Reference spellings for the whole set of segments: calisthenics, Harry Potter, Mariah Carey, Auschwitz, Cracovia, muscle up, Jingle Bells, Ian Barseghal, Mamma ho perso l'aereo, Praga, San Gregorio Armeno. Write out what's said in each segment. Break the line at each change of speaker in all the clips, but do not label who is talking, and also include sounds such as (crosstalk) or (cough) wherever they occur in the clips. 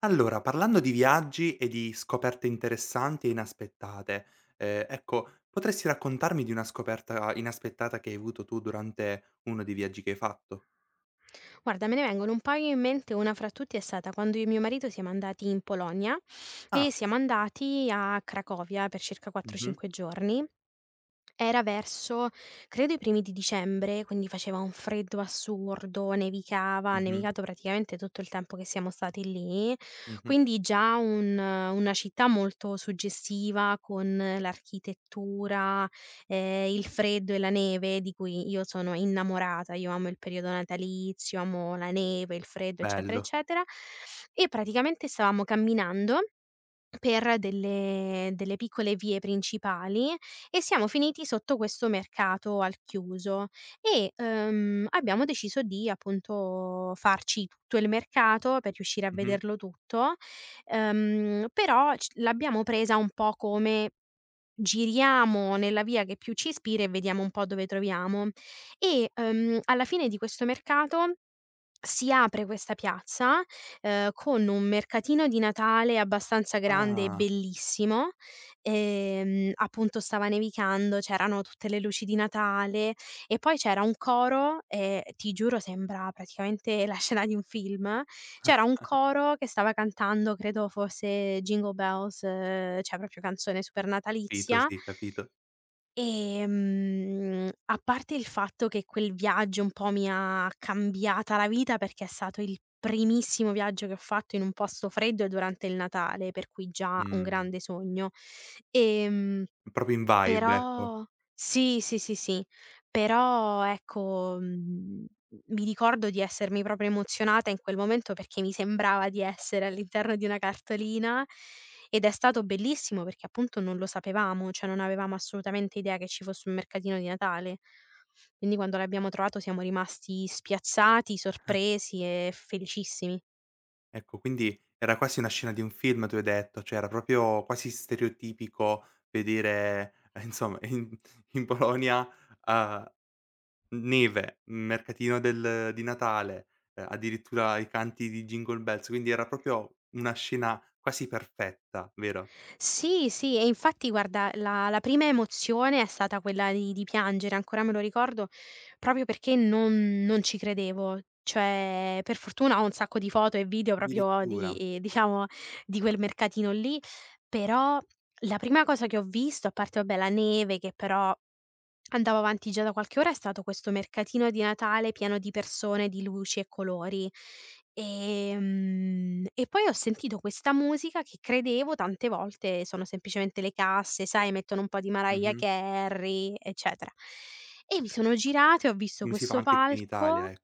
Allora, parlando di viaggi e di scoperte interessanti e inaspettate, ecco, potresti raccontarmi di una scoperta inaspettata che hai avuto tu durante uno dei viaggi che hai fatto?
Guarda, me ne vengono un paio in mente, una fra tutti è stata quando io e mio marito siamo andati in Polonia
Ah,
e siamo andati a Cracovia per circa
mh-mh,
4-5 giorni. Era verso, credo, i primi di dicembre, quindi faceva un freddo assurdo, nevicava, ha
mh-mh,
nevicato praticamente tutto il tempo che siamo stati lì,
mh-mh,
quindi già un una città molto suggestiva con l'architettura, il freddo e la neve di cui io sono innamorata. Io amo il periodo natalizio, amo la neve, il freddo, eccetera,
bello,
eccetera. E praticamente stavamo camminando per delle piccole vie principali e siamo finiti sotto questo mercato al chiuso e, abbiamo deciso di, appunto, farci tutto il mercato per riuscire a
mh-mh.
vederlo tutto. Però c l'abbiamo presa un po' come: giriamo nella via che più ci ispira e vediamo un po' dove troviamo e, alla fine di questo mercato si apre questa piazza, con un mercatino di Natale abbastanza grande e
Ah,
bellissimo. Appunto stava nevicando, c'erano tutte le luci di Natale e poi c'era un coro, ti giuro, sembra praticamente la (laughs) scena di un film. C'era un coro che stava cantando, credo fosse Jingle Bells, cioè proprio canzone super
capito,
natalizia.
sì, capito.
A parte il fatto che quel viaggio un po' mi ha cambiata la vita, perché è stato il primissimo viaggio che ho fatto in un posto freddo e durante il Natale, per cui già un
Mh.
grande sogno. Ehm
Proprio in vibe, ecco.
Però sì, sì, sì, sì, però ecco, mi ricordo di essermi proprio emozionata in quel momento perché mi sembrava di essere all'interno di una cartolina, ed è stato bellissimo perché appunto non lo sapevamo, cioè non avevamo assolutamente idea che ci fosse un mercatino di Natale. Quindi quando l'abbiamo trovato siamo rimasti spiazzati, sorpresi e felicissimi.
Ecco, quindi era quasi una scena di un film, tu hai detto, cioè era proprio quasi stereotipico vedere, insomma in Polonia, uhm neve, mercatino del di Natale, addirittura i canti di Jingle Bells, quindi era proprio una scena quasi perfetta, vero?
Sì, sì, e infatti guarda, la prima emozione è stata quella di piangere, ancora me lo ricordo, proprio perché non ci credevo. Cioè, per fortuna ho un sacco di foto e video proprio
Addirittura.
di, diciamo, di quel mercatino lì, però la prima cosa che ho visto, a parte vabbè la neve, che però andavo avanti già da qualche ora, è stato questo mercatino di Natale pieno di persone, di luci e colori. E poi ho sentito questa musica che credevo, tante volte sono semplicemente le casse, sai, mettono un po' di Mariah
Mh-mh.
Carey, eccetera. E mi sono girata e ho visto
Come si fa
questo
anche qui in Italia,
palco.
e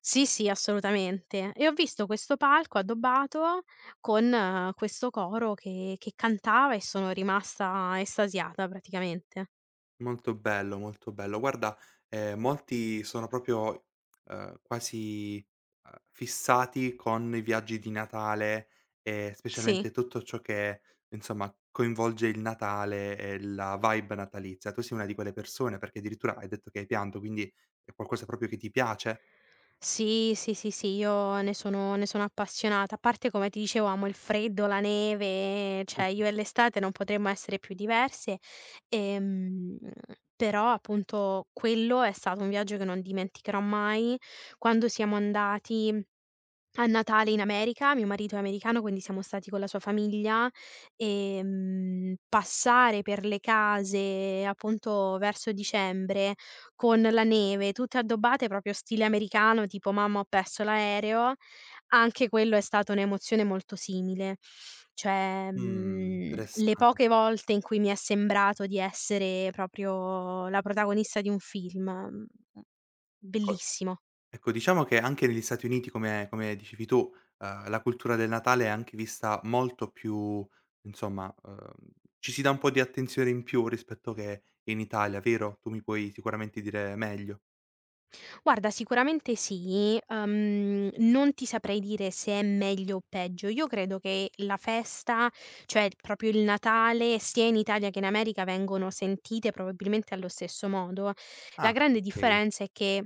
Sì, sì, assolutamente. E ho visto questo palco addobbato con, questo coro che cantava e sono rimasta estasiata praticamente.
Molto bello, molto bello. Guarda, molti sono proprio, quasi, fissati con i viaggi di Natale e
Sì.
specialmente tutto ciò che, insomma, coinvolge il Natale e la vibe natalizia. Tu sei una di quelle persone? Perché addirittura hai detto che hai pianto, quindi è qualcosa proprio che ti piace?
Sì, sì, sì, sì, io ne sono appassionata. A parte, come ti dicevo, amo il freddo, la neve, cioè io e
(laughs)
l'estate non potremmo essere più diverse. Ehm, Però appunto quello è stato un viaggio che non dimenticherò mai. Quando siamo andati a Natale in America, mio marito è americano, quindi siamo stati con la sua famiglia, passare per le case, appunto, verso dicembre, con la neve, tutte addobbate proprio stile americano, tipo: "Mamma ho perso l'aereo", anche quello è stata un'emozione molto simile. Cioè, le
Interessante.
poche volte in cui mi è sembrato di essere proprio la protagonista di un film,
Ecco
bellissimo.
Ecco, diciamo che anche negli Stati Uniti, come dicevi tu, la cultura del Natale è anche vista molto più insomma, ci si dà un po' di attenzione in più rispetto che in Italia, vero? Tu mi puoi sicuramente dire meglio.
Guarda, sicuramente sì, non ti saprei dire se è meglio o peggio. Io credo che la festa, cioè proprio il Natale, sia in Italia che in America vengono sentite probabilmente allo stesso modo. La
Ah,
grande
okay.
differenza è che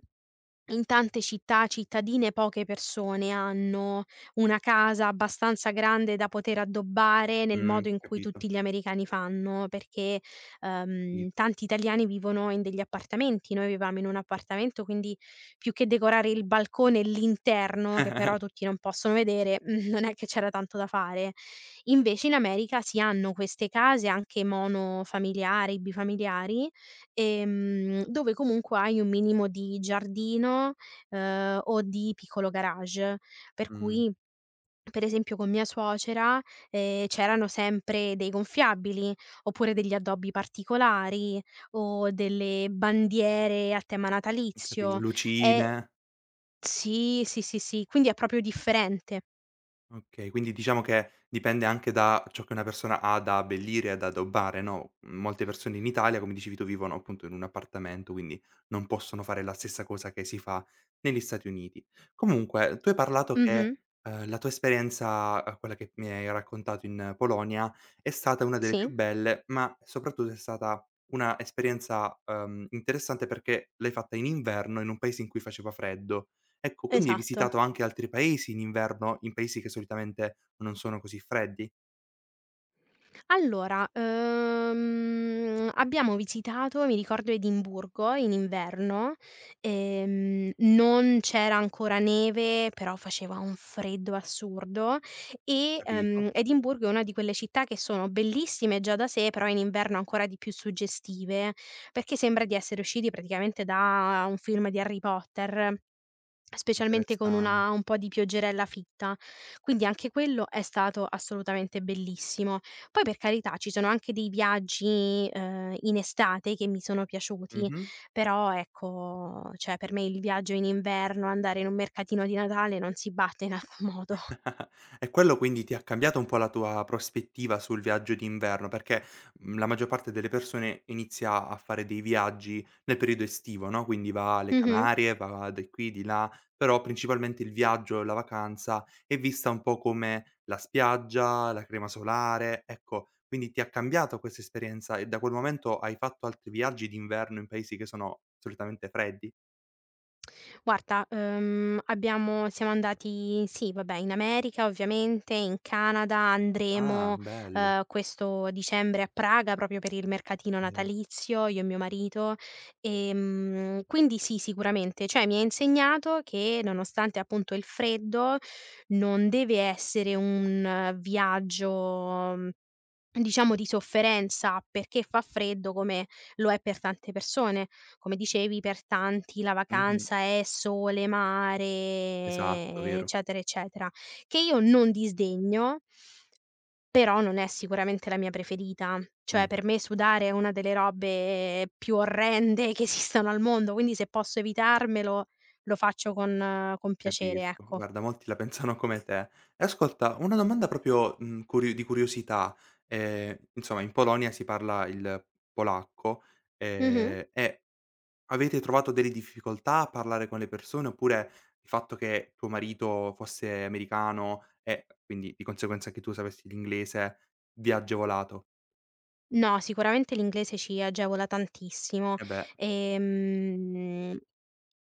in tante città cittadine poche persone hanno una casa abbastanza grande da poter addobbare nel modo in cui
Capito,
tutti gli americani fanno, perché,
capito.
tanti italiani vivono in degli appartamenti. Noi vivevamo in un appartamento, quindi più che decorare il balcone e l'interno, che però tutti non possono vedere, (laughs) non è che c'era tanto da fare. Invece in America si hanno queste case anche monofamiliari, bifamiliari. Dove comunque hai un minimo di giardino, o di piccolo garage, per
Mh,
cui, per esempio, con mia suocera, c'erano sempre dei gonfiabili, oppure degli addobbi particolari, o delle bandiere a tema
ho capi
natalizio. E
lucine.
sì, sì, sì, sì, quindi è proprio differente.
Okay, quindi diciamo che dipende anche da ciò che una persona ha da abbellire, e da addobbare, no, molte persone in Italia, come dicevi tu, vivono appunto in un appartamento, quindi non possono fare la stessa cosa che si fa negli Stati Uniti. Comunque, tu hai parlato
Mh-mh,
che, la tua esperienza, quella che mi hai raccontato in Polonia, è stata una delle più
sì,
belle, ma soprattutto è stata una esperienza, interessante perché l'hai fatta in inverno in un paese in cui faceva freddo. Ecco, quindi hai
esatto.
visitato anche altri paesi in inverno, in paesi che solitamente non sono così freddi,
Allora, abbiamo visitato, mi ricordo, Edimburgo in inverno, non c'era ancora neve, però faceva un freddo assurdo e,
capito?
Edimburgo è una di quelle città che sono bellissime già da sé, però in inverno ancora di più suggestive, perché sembra di essere usciti praticamente da un film di Harry Potter. Specialmente con
Interessan
una un po' di pioggerella fitta. Quindi anche quello è stato assolutamente bellissimo. Poi per carità ci sono anche dei viaggi, in estate, che mi sono piaciuti,
Mh-mh.
però ecco, cioè per me il viaggio in inverno, andare in un mercatino di Natale, non si batte in alcun modo.
(laughs) E quello quindi ti ha cambiato un po' la tua prospettiva sul viaggio d'inverno, perché, la maggior parte delle persone inizia a fare dei viaggi nel periodo estivo, no, quindi va alle
Mh-mh.
Canarie, va di qui, di là, però principalmente il viaggio, la vacanza è vista un po' come la spiaggia, la crema solare, ecco, quindi ti ha cambiato questa esperienza e da quel momento hai fatto altri viaggi d'inverno in paesi che sono solitamente freddi?
Guarda, abbiamo siamo andati, sì, vabbè, in America ovviamente, in Canada,
Ah,
andremo,
bello,
questo dicembre, a Praga, proprio per il mercatino
okay.
natalizio, io e mio marito. Quindi sì, sicuramente, cioè mi ha insegnato che nonostante appunto il freddo, non deve essere un, viaggio, diciamo, di sofferenza perché fa freddo, come lo è per tante persone. Come dicevi, per tanti la
Mh-mh.
vacanza è sole,
Esatto,
mare,
vero.
eccetera, eccetera, che io non disdegno, però non è sicuramente la mia preferita. Cioè,
Mh.
per me sudare è una delle robe più orrende (laughs) che esistano al mondo, quindi se posso evitarmelo lo faccio con piacere,
Capisco,
ecco.
guarda molti la pensano come te. E ascolta, una domanda proprio, curiosità. Insomma in Polonia si parla il polacco,
Mh-mh.
e avete trovato delle difficoltà a parlare con le persone, oppure il fatto che tuo marito fosse americano e quindi di conseguenza che tu sapessi l'inglese vi ha agevolato?
No, sicuramente l'inglese ci agevola tantissimo.
Eh beh,
Ehm,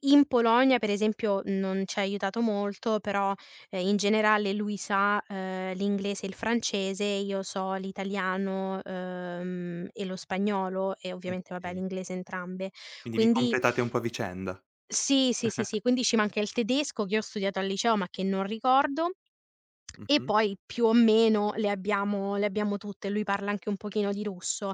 In Polonia, per esempio, non ci ha aiutato molto, però, in generale lui sa, l'inglese e il francese, io so l'italiano, e lo spagnolo e ovviamente, vabbè,
okay.
l'inglese entrambe.
Quindi vi
Quindi
completate un po' a vicenda.
sì, sì, sì, sì, quindi ci manca il tedesco che ho studiato al liceo, ma che non ricordo, e
Mh-mh,
poi più o meno le abbiamo tutte, lui parla anche un pochino di russo.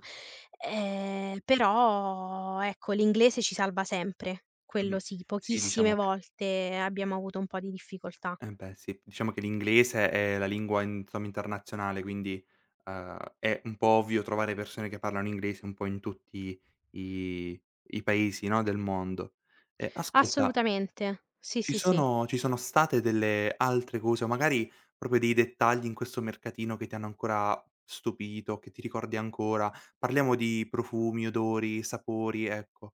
Però ecco, l'inglese ci salva sempre,
mh-mh.
quello sì,
Sì,
pochissime
diciamo che
volte abbiamo avuto un po' di difficoltà.
Eh beh sì, diciamo che l'inglese è la lingua in insomma internazionale, quindi, è un po' ovvio trovare persone che parlano inglese un po' in tutti i i paesi, no, del mondo. E ascolta,
Assolutamente. Sì,
ci
sì, sì.
sono ci sono state delle altre cose o magari proprio dei dettagli in questo mercatino che ti hanno ancora stupito, che ti ricordi ancora? Parliamo di profumi, odori, sapori, ecco.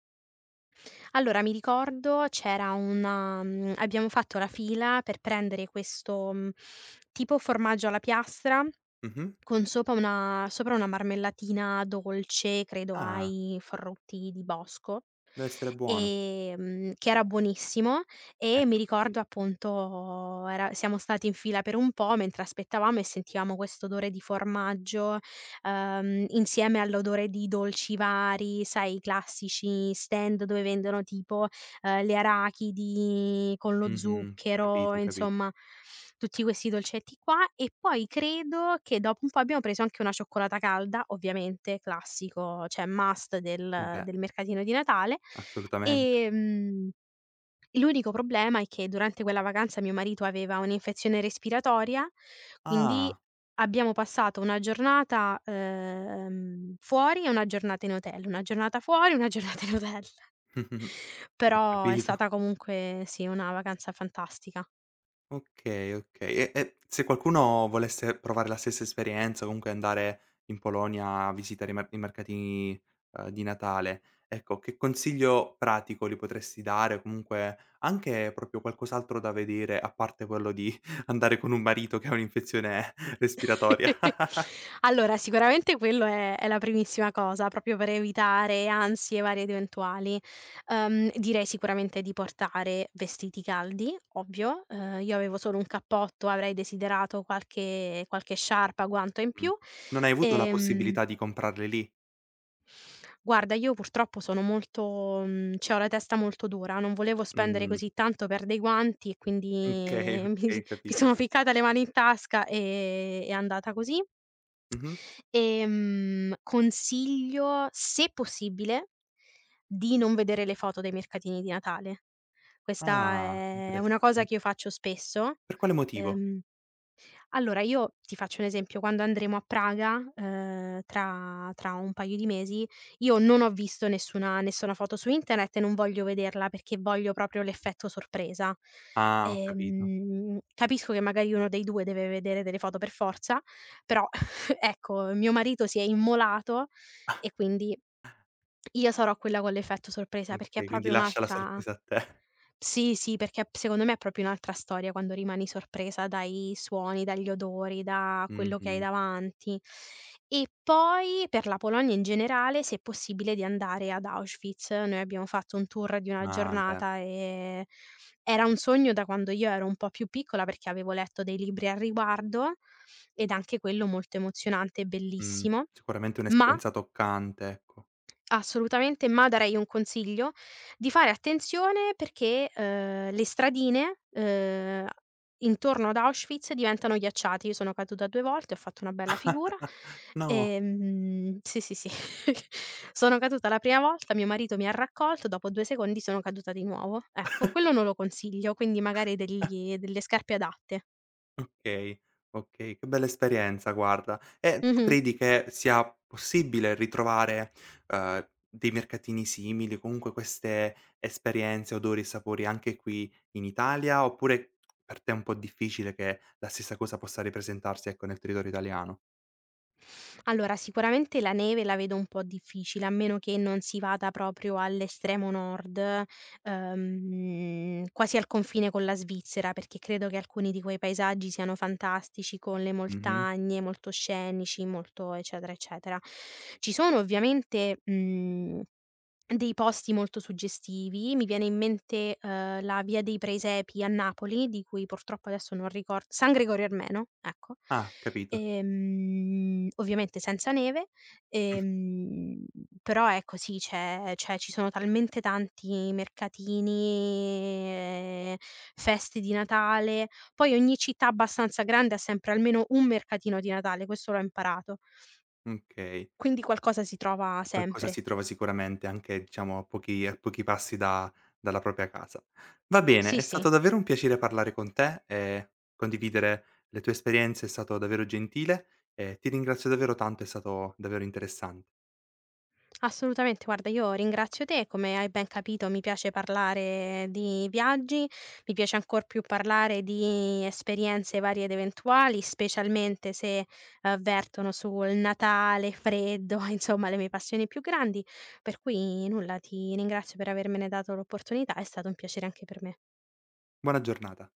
Allora mi ricordo c'era abbiamo fatto la fila per prendere questo, tipo formaggio alla piastra
Mh-mh.
con sopra una marmellatina dolce, credo
Ah,
ai frutti di bosco,
dev'essere buono.
che era buonissimo, e mi
Ecco.
ricordo appunto era siamo stati in fila per un po' mentre aspettavamo e sentivamo questo odore di formaggio, insieme all'odore di dolci vari, sai, i classici stand dove vendono tipo le arachidi con lo
Mh-mh.
zucchero,
Capito, capi
insomma tutti questi dolcetti qua. E poi credo che dopo un po' abbiamo preso anche una cioccolata calda, ovviamente, classico, cioè must del
beh.
del mercatino di Natale.
Assolutamente.
Ehm, L'unico problema è che durante quella vacanza mio marito aveva un'infezione respiratoria, quindi
Ah,
abbiamo passato una giornata, fuori, e una giornata in hotel, una giornata fuori, una giornata in hotel.
(laughs) ho
Però è
capito.
stata comunque sì, una vacanza fantastica.
Okay, okay. E se qualcuno volesse provare la stessa esperienza, comunque andare in Polonia a visitare i mercatini, di Natale, ecco, che consiglio pratico gli potresti dare o comunque anche proprio qualcos'altro da vedere, a parte quello di (laughs) andare con un marito che ha un'infezione (laughs) respiratoria?
(laughs)
(laughs)
Allora, sicuramente quello è la primissima cosa, proprio per evitare ansie varie ed eventuali. Direi sicuramente di portare vestiti caldi, ovvio. Io avevo solo un cappotto, avrei desiderato qualche sciarpa, guanto in
Mh.
più.
Non hai avuto la
Ehm
possibilità di comprarle lì?
Guarda, io purtroppo sono molto cioè ho la testa molto dura, non volevo spendere
Mh.
così tanto per dei guanti e quindi
Okay,
(laughs)
(laughs)
mi s
okay,
mi
capito.
sono ficcata le mani in tasca, è andata così.
Mh-mh.
Consiglio, se possibile, di non vedere le foto dei mercatini di Natale. Questa
Ah,
è una cosa che
interessante.
io faccio spesso,
Per quale motivo?
ehm allora, io ti faccio un esempio: quando andremo a Praga, tra un paio di mesi, io non ho visto nessuna foto su internet e non voglio vederla perché voglio proprio l'effetto sorpresa.
Ah, ho capito.
Capisco che magari uno dei 2 deve vedere delle foto per forza, però (laughs) ecco, mio marito si è immolato e
(laughs)
quindi io sarò quella con l'effetto sorpresa
Ah,
perché è
okay, quindi
proprio
lascia la
un'altra.
sorpresa a te.
Sì, sì, perché p secondo me è proprio un'altra storia quando rimani sorpresa dai suoni, dagli odori, da quello che hai
Mh-mh.
davanti. E poi per la Polonia in generale, se è possibile, di andare ad Auschwitz. Noi abbiamo fatto un tour di una
Ah, beh,
giornata, era un sogno da quando io ero un po' più piccola, perché avevo letto dei libri al riguardo, ed anche quello molto emozionante e
mh,
bellissimo,
sicuramente
ma
un'esperienza toccante, ecco.
assolutamente, ma darei un consiglio di fare attenzione perché, le stradine, intorno ad Auschwitz diventano ghiacciate. Io sono caduta 2 volte, ho fatto una bella figura.
No,
Sì, sì, sì. (laughs) Sono caduta la prima volta, mio marito mi ha raccolto, dopo 2 secondi sono caduta di nuovo. Ecco, quello non lo consiglio, quindi magari degli delle scarpe adatte.
okay, okay, che bella esperienza guarda. E tu
Mh-mh.
credi che sia possibile ritrovare, dei mercatini simili, comunque queste esperienze, odori e sapori anche qui in Italia, oppure per te è un po' difficile che la stessa cosa possa ripresentarsi, ecco, nel territorio italiano?
Allora, sicuramente la neve la vedo un po' difficile, a meno che non si vada proprio all'estremo nord, quasi al confine con la Svizzera, perché credo che alcuni di quei paesaggi siano fantastici, con le
Mh-mh.
montagne molto scenici, molto, eccetera, eccetera. Ci sono ovviamente, mhmm dei posti molto suggestivi, mi viene in mente, la via dei Presepi a Napoli, di cui purtroppo adesso non ricor San Gregorio Armeno, ecco.
Ah, capito.
Ovviamente senza neve,
(laughs)
ehm, però ecco sì, c'è c'è ci sono talmente tanti mercatini, ehm, feste di Natale. Poi ogni città abbastanza grande ha sempre almeno un mercatino di Natale, questo l'ho imparato,
Okay.
quindi qualcosa si trova
Qualcosa si
sempre.
trova sicuramente anche, diciamo, a pochi passi da dalla propria casa. Va bene,
Sì,
è
sì.
stato davvero un piacere parlare con te e condividere le tue esperienze, è stato davvero gentile e ti ringrazio davvero tanto, è stato davvero interessante.
Assolutamente, guarda, io ringrazio te, come hai ben capito mi piace parlare di viaggi, mi piace ancor più parlare di esperienze varie ed eventuali, specialmente se, vertono sul Natale, freddo, (laughs) insomma le mie passioni più grandi, per cui nulla, ti ringrazio per avermene dato l'opportunità, è stato un piacere anche per me.
Buona giornata.